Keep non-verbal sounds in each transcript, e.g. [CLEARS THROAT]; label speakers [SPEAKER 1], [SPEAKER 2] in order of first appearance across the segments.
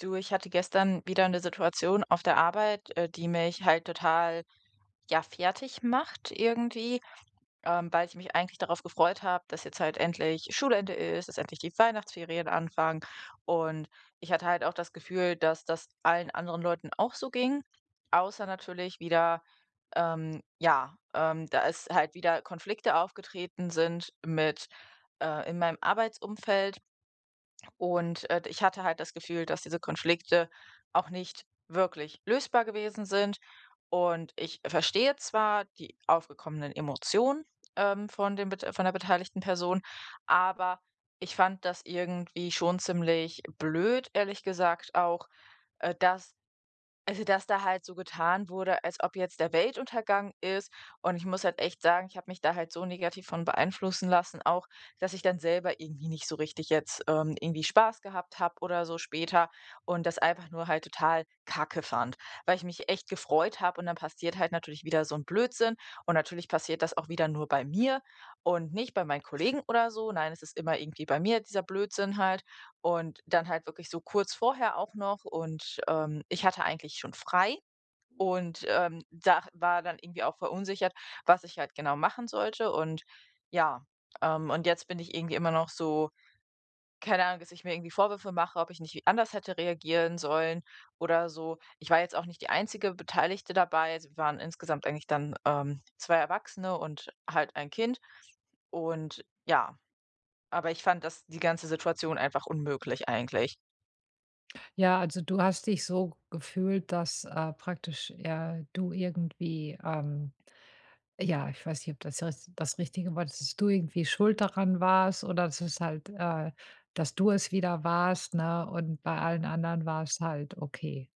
[SPEAKER 1] Du, ich hatte gestern wieder eine Situation auf der Arbeit, die mich halt total, ja, fertig macht irgendwie, weil ich mich eigentlich darauf gefreut habe, dass jetzt halt endlich Schulende ist, dass endlich die Weihnachtsferien anfangen. Und ich hatte halt auch das Gefühl, dass das allen anderen Leuten auch so ging, außer natürlich wieder, ja, da es halt wieder Konflikte aufgetreten sind mit in meinem Arbeitsumfeld. Und, ich hatte halt das Gefühl, dass diese Konflikte auch nicht wirklich lösbar gewesen sind. Und ich verstehe zwar die aufgekommenen Emotionen, von den bet von der beteiligten Person, aber ich fand das irgendwie schon ziemlich blöd, ehrlich gesagt auch, dass also, dass da halt so getan wurde, als ob jetzt der Weltuntergang ist. Und ich muss halt echt sagen, ich habe mich da halt so negativ von beeinflussen lassen auch, dass ich dann selber irgendwie nicht so richtig jetzt, irgendwie Spaß gehabt habe oder so später und das einfach nur halt total Kacke fand, weil ich mich echt gefreut habe und dann passiert halt natürlich wieder so ein Blödsinn und natürlich passiert das auch wieder nur bei mir und nicht bei meinen Kollegen oder so. Nein, es ist immer irgendwie bei mir dieser Blödsinn halt. Und dann halt wirklich so kurz vorher auch noch und, ich hatte eigentlich schon frei und, da war dann irgendwie auch verunsichert, was ich halt genau machen sollte und ja, und jetzt bin ich irgendwie immer noch so keine Ahnung, dass ich mir irgendwie Vorwürfe mache, ob ich nicht wie anders hätte reagieren sollen oder so. Ich war jetzt auch nicht die einzige Beteiligte dabei. Also, wir waren insgesamt eigentlich dann, zwei Erwachsene und halt ein Kind und ja, aber ich fand das die ganze Situation einfach unmöglich eigentlich.
[SPEAKER 2] Ja, also du hast dich so gefühlt, dass, praktisch, ja, du irgendwie, ja, ich weiß nicht, ob das richt das richtige Wort ist, dass du irgendwie schuld daran warst oder dass es halt, dass du es wieder warst, ne, und bei allen anderen war es halt okay.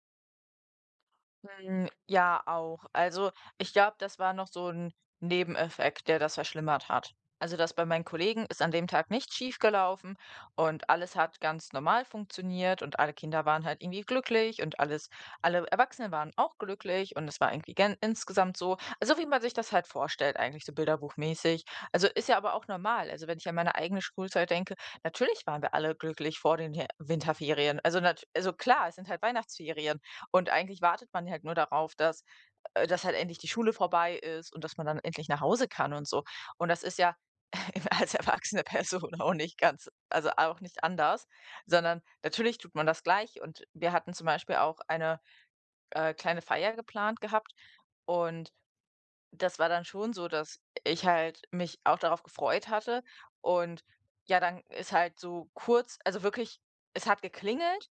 [SPEAKER 1] Hm, ja, auch. Also, ich glaube, das war noch so ein Nebeneffekt, der das verschlimmert hat. Also, das bei meinen Kollegen ist an dem Tag nicht schief gelaufen und alles hat ganz normal funktioniert und alle Kinder waren halt irgendwie glücklich und alles alle Erwachsenen waren auch glücklich und es war irgendwie gen insgesamt so also, wie man sich das halt vorstellt eigentlich so bilderbuchmäßig. Also, ist ja aber auch normal. Also, wenn ich an meine eigene Schulzeit denke, natürlich waren wir alle glücklich vor den Her Winterferien. Also, nat also, klar, es sind halt Weihnachtsferien. Und eigentlich wartet man halt nur darauf, dass dass halt endlich die Schule vorbei ist und dass man dann endlich nach Hause kann und so. Und das ist ja [LAUGHS] als erwachsene Person auch nicht ganz also auch nicht anders, sondern natürlich tut man das gleich. Und wir hatten zum Beispiel auch eine, kleine Feier geplant gehabt und das war dann schon so, dass ich halt mich auch darauf gefreut hatte und ja, dann ist halt so kurz also wirklich es hat geklingelt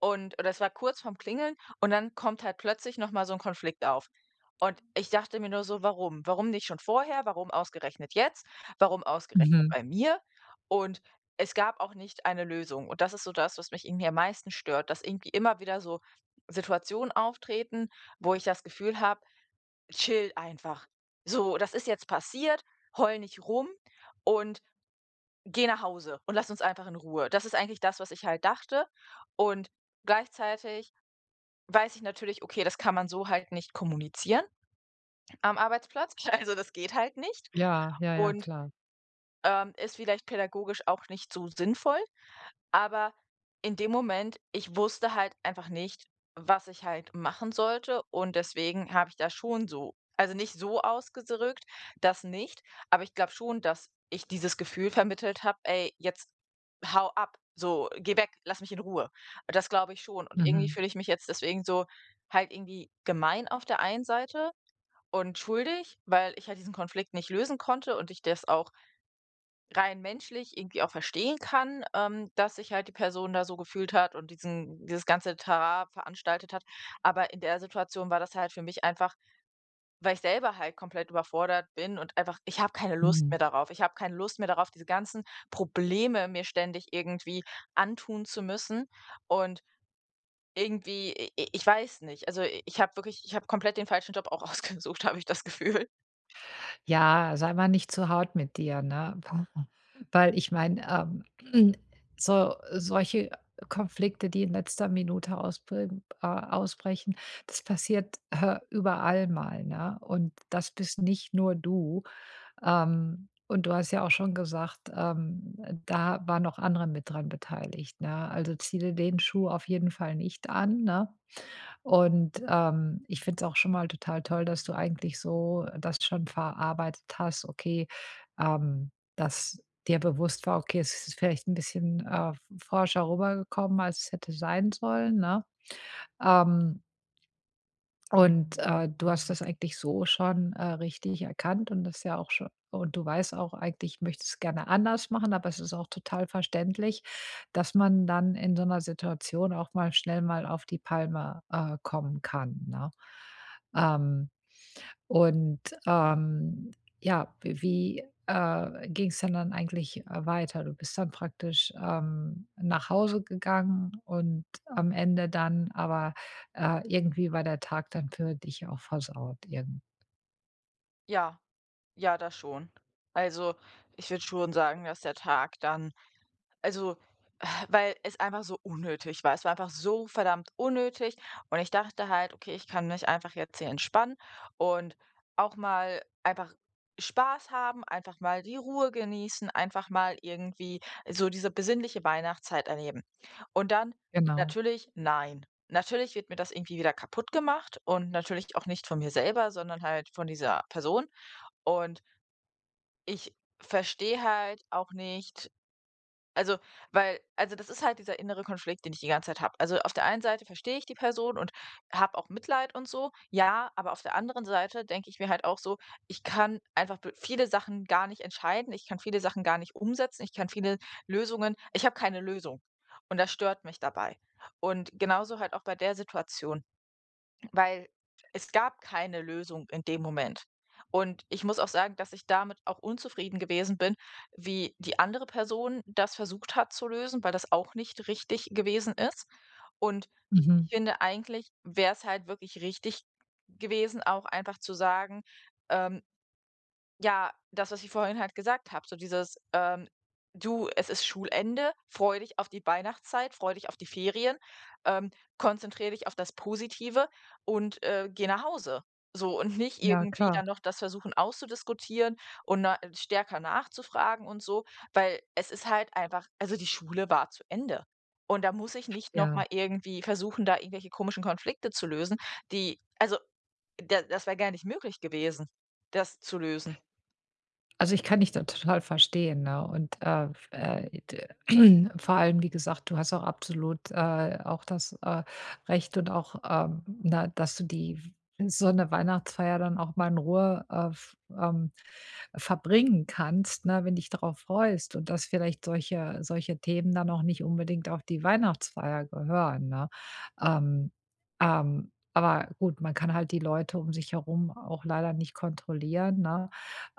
[SPEAKER 1] und oder es war kurz vorm Klingeln und dann kommt halt plötzlich noch mal so ein Konflikt auf. Und ich dachte mir nur so: „Warum? Warum nicht schon vorher? Warum ausgerechnet jetzt? Warum ausgerechnet
[SPEAKER 2] Mhm.
[SPEAKER 1] bei mir?“ Und es gab auch nicht eine Lösung. Und das ist so das, was mich irgendwie am meisten stört, dass irgendwie immer wieder so Situationen auftreten, wo ich das Gefühl habe, Chill einfach. So, das ist jetzt passiert, heul nicht rum und geh nach Hause und lass uns einfach in Ruhe. Das ist eigentlich das, was ich halt dachte. Und gleichzeitig weiß ich natürlich, okay, das kann man so halt nicht kommunizieren am Arbeitsplatz. [LAUGHS] Also das geht halt nicht
[SPEAKER 2] Ja, ja, ja,
[SPEAKER 1] und
[SPEAKER 2] klar.
[SPEAKER 1] ist vielleicht pädagogisch auch nicht so sinnvoll. Aber in dem Moment ich wusste halt einfach nicht, was ich halt machen sollte und deswegen habe ich da schon so also nicht so ausgedrückt, das nicht, aber ich glaube schon, dass ich dieses Gefühl vermittelt habe: „Ey, jetzt hau ab, so, geh weg, lass mich in Ruhe.“ Das glaube ich schon und irgendwie
[SPEAKER 2] Mhm,
[SPEAKER 1] fühle ich mich jetzt deswegen so halt irgendwie gemein auf der einen Seite und schuldig, weil ich halt diesen Konflikt nicht lösen konnte und ich das auch rein menschlich irgendwie auch verstehen kann, dass sich halt die Person da so gefühlt hat und diesen dieses ganze Trara veranstaltet hat. Aber in der Situation war das halt für mich einfach weil ich selber halt komplett überfordert bin und einfach ich habe keine Lust
[SPEAKER 2] mhm.
[SPEAKER 1] mehr darauf. Ich habe keine Lust mehr darauf, diese ganzen Probleme mir ständig irgendwie antun zu müssen und irgendwie i i ich weiß nicht. Also, i ich habe wirklich ich habe komplett den falschen Job auch [LAUGHS] ausgesucht, habe ich das Gefühl.
[SPEAKER 2] Ja, sei mal nicht zu hart mit dir, ne? [LAUGHS] Weil ich meine, ähm, [CLEARS THROAT] so solche Konflikte, die in letzter Minute ausbrechen, das passiert, überall mal, ne? Und das bist nicht nur du. Und du hast ja auch schon gesagt, da waren noch andere mit dran beteiligt, ne? Also ziehe dir den Schuh auf jeden Fall nicht an, ne? Und, ich finde es auch schon mal total toll, dass du eigentlich so das schon verarbeitet hast, okay, ähm, dass dir bewusst war, okay, es ist vielleicht ein bisschen, forscher rübergekommen, als es hätte sein sollen, ne? Ähm und, du hast das eigentlich so schon, richtig erkannt und das ja auch schon und du weißt auch eigentlich, möchtest es gerne anders machen, aber es ist auch total verständlich, dass man dann in so einer Situation auch mal schnell mal auf die Palme, kommen kann, ne? Ähm und, ähm, ja, wie, ging es denn dann eigentlich, weiter? Du bist dann praktisch, nach Hause gegangen und am Ende dann aber, irgendwie war der Tag dann für dich auch versaut irgend
[SPEAKER 1] Ja, ja, das schon. Also, ich würde schon sagen, dass der Tag dann Also, weil es einfach so unnötig war. Es war einfach so verdammt unnötig und ich dachte halt: „Okay, ich kann mich einfach jetzt hier entspannen und auch mal einfach Spaß haben, einfach mal die Ruhe genießen, einfach mal irgendwie so diese besinnliche Weihnachtszeit erleben.“ Und dann
[SPEAKER 2] Genau.
[SPEAKER 1] natürlich nein. Natürlich wird mir das irgendwie wieder kaputt gemacht und natürlich auch nicht von mir selber, sondern halt von dieser Person. Und ich verstehe halt auch nicht also, weil also, das ist halt dieser innere Konflikt, den ich die ganze Zeit habe. Also, auf der einen Seite verstehe ich die Person und habe auch Mitleid und so, ja, aber auf der anderen Seite denke ich mir halt auch so: „Ich kann einfach be viele Sachen gar nicht entscheiden, ich kann viele Sachen gar nicht umsetzen, ich kann viele Lösungen ich habe keine Lösung.“ Und das stört mich dabei. Und genauso halt auch bei der Situation weil es gab keine Lösung in dem Moment. Und ich muss auch sagen, dass ich damit auch unzufrieden gewesen bin, wie die andere Person das versucht hat zu lösen, weil das auch nicht richtig gewesen ist. Und ich
[SPEAKER 2] Mhm.
[SPEAKER 1] finde, eigentlich wäre es halt wirklich richtig gewesen, auch einfach zu sagen, ähm, ja, das, was ich vorhin halt gesagt habe, so dieses, „Du, es ist Schulende, freu dich auf die Weihnachtszeit, freu dich auf die Ferien, ähm, konzentrier dich auf das Positive und, geh nach Hause.“ So und nicht
[SPEAKER 2] Ja,
[SPEAKER 1] irgendwie
[SPEAKER 2] klar,
[SPEAKER 1] dann noch das versuchen auszudiskutieren und na stärker nachzufragen und so, weil es ist halt einfach also, die Schule war zu Ende. Und da muss ich nicht noch
[SPEAKER 2] ja.
[SPEAKER 1] mal irgendwie versuchen, da irgendwelche komischen Konflikte zu lösen, die also, da das wäre gar nicht möglich gewesen, das zu lösen.
[SPEAKER 2] Also, ich kann dich da total verstehen, ne? Und, f d [CLEARS THROAT] vor allem, wie gesagt, du hast auch absolut, auch das, Recht und auch, na, dass du die so eine Weihnachtsfeier dann auch mal in Ruhe, f verbringen kannst, ne, wenn dich darauf freust und dass vielleicht solche Themen dann auch nicht unbedingt auf die Weihnachtsfeier gehören, ne? Ähm, aber gut, man kann halt die Leute um sich herum auch leider nicht kontrollieren, ne?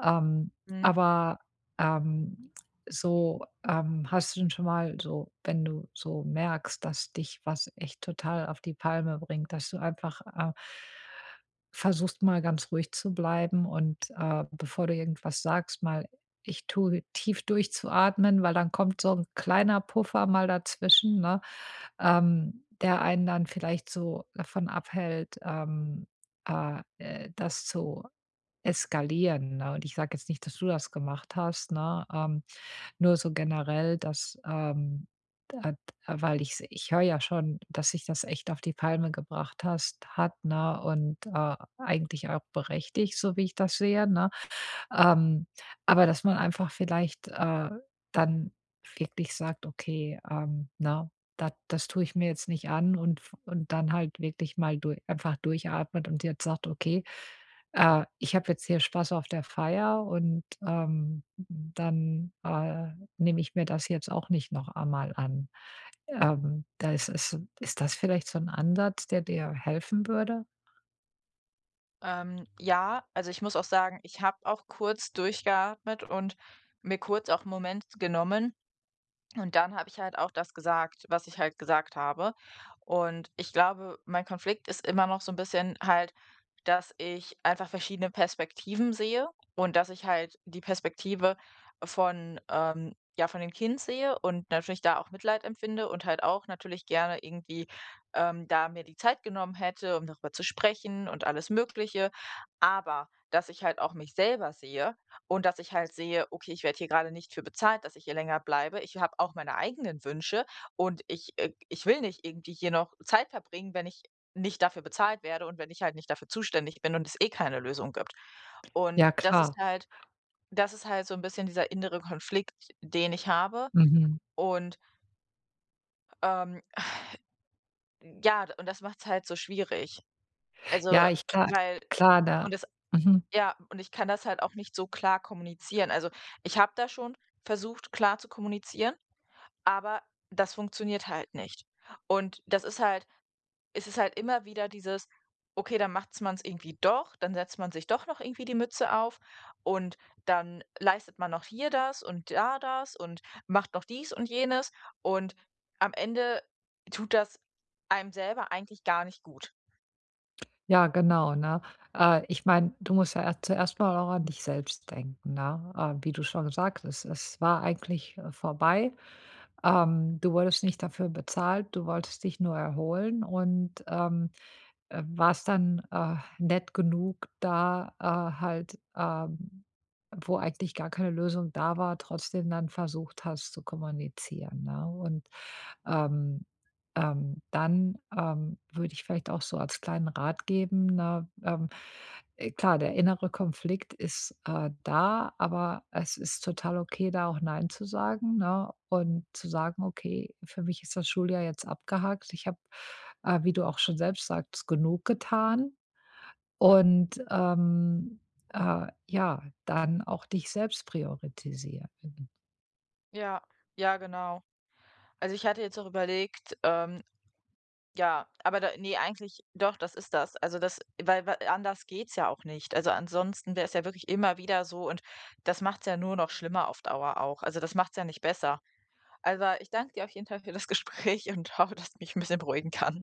[SPEAKER 2] Ähm
[SPEAKER 1] Mhm.
[SPEAKER 2] aber, ähm, so, hast du denn schon mal so wenn du so merkst, dass dich was echt total auf die Palme bringt, dass du einfach, versuchst mal ganz ruhig zu bleiben und, bevor du irgendwas sagst, mal ich tue tief durchzuatmen, weil dann kommt so ein kleiner Puffer mal dazwischen, ne, der einen dann vielleicht so davon abhält, das zu eskalieren, ne? Und ich sage jetzt nicht, dass du das gemacht hast, ne? Nur so generell, dass, da weil ich höre ja schon, dass dich das echt auf die Palme gebracht hast hat, ne? Und, eigentlich auch berechtigt, so wie ich das sehe, ne? Ähm, aber dass man einfach vielleicht, dann wirklich sagt: „Okay, ne, da das tue ich mir jetzt nicht an“ und f und dann halt wirklich mal du einfach durchatmet und jetzt sagt: „Okay, ich habe jetzt hier Spaß auf der Feier und, dann, nehme ich mir das jetzt auch nicht noch einmal an. Da Ist es ist das vielleicht so ein Ansatz, der dir helfen würde?“
[SPEAKER 1] Ja, also ich muss auch sagen, ich habe auch kurz durchgeatmet und mir kurz auch 'n Moment genommen, und dann habe ich halt auch das gesagt, was ich halt gesagt habe. Und ich glaube, mein Konflikt ist immer noch so ein bisschen halt, dass ich einfach verschiedene Perspektiven sehe und dass ich halt die Perspektive von, ja, von dem Kind sehe und natürlich da auch Mitleid empfinde und halt auch natürlich gerne irgendwie, da mir die Zeit genommen hätte, um darüber zu sprechen und alles Mögliche. Aber dass ich halt auch mich selber sehe und dass ich halt sehe, okay, ich werde hier gerade nicht für bezahlt, dass ich hier länger bleibe. Ich habe auch meine eigenen Wünsche und ich will nicht irgendwie hier noch Zeit verbringen, wenn ich nicht dafür bezahlt werde und wenn ich halt nicht dafür zuständig bin und es eh keine Lösung gibt. Und
[SPEAKER 2] Ja, klar.
[SPEAKER 1] das ist halt so ein bisschen dieser innere Konflikt, den ich habe
[SPEAKER 2] Mhm.
[SPEAKER 1] und, ähm, [SIGHS] ja, und das macht es halt so schwierig. Also,
[SPEAKER 2] Ja, ich klar,
[SPEAKER 1] weil
[SPEAKER 2] klar, da,
[SPEAKER 1] und das
[SPEAKER 2] mhm.
[SPEAKER 1] ja, und ich kann das halt auch nicht so klar kommunizieren. Also, ich habe da schon versucht, klar zu kommunizieren. Aber das funktioniert halt nicht. Und das ist halt es ist halt immer wieder dieses: „Okay, dann macht man es irgendwie doch, dann setzt man sich doch noch irgendwie die Mütze auf und dann leistet man noch hier das und da das und macht noch dies und jenes.“ Und am Ende tut das einem selber eigentlich gar nicht gut.
[SPEAKER 2] Ja, genau, ne? Ich meine, du musst ja erst zuerst mal auch an dich selbst denken, ne? Wie du schon gesagt hast, es war eigentlich, vorbei. Du wurdest nicht dafür bezahlt, du wolltest dich nur erholen und, warst dann, nett genug, da, halt, wo eigentlich gar keine Lösung da war, trotzdem dann versucht hast zu kommunizieren, ne? Und, ähm, dann, würde ich vielleicht auch so als kleinen Rat geben, ne, klar, der innere Konflikt ist, da, aber es ist total okay, da auch nein zu sagen, ne? Und zu sagen: „Okay, für mich ist das Schuljahr jetzt abgehakt. Ich habe, wie du auch schon selbst sagst, genug getan.“ Und, ja, dann auch dich selbst priorisieren.
[SPEAKER 1] Ja, ja, genau. Also, ich hatte jetzt auch überlegt, ja, aber da ne, eigentlich doch, das ist das. Also, das weil anders geht's ja auch nicht. Also, ansonsten wäre es ja wirklich immer wieder so und das macht's ja nur noch schlimmer auf Dauer auch. Also, das macht's ja nicht besser. Also ich danke dir auf jeden Fall für das [LAUGHS] Gespräch und hoffe, dass du mich ein bisschen beruhigen kannst.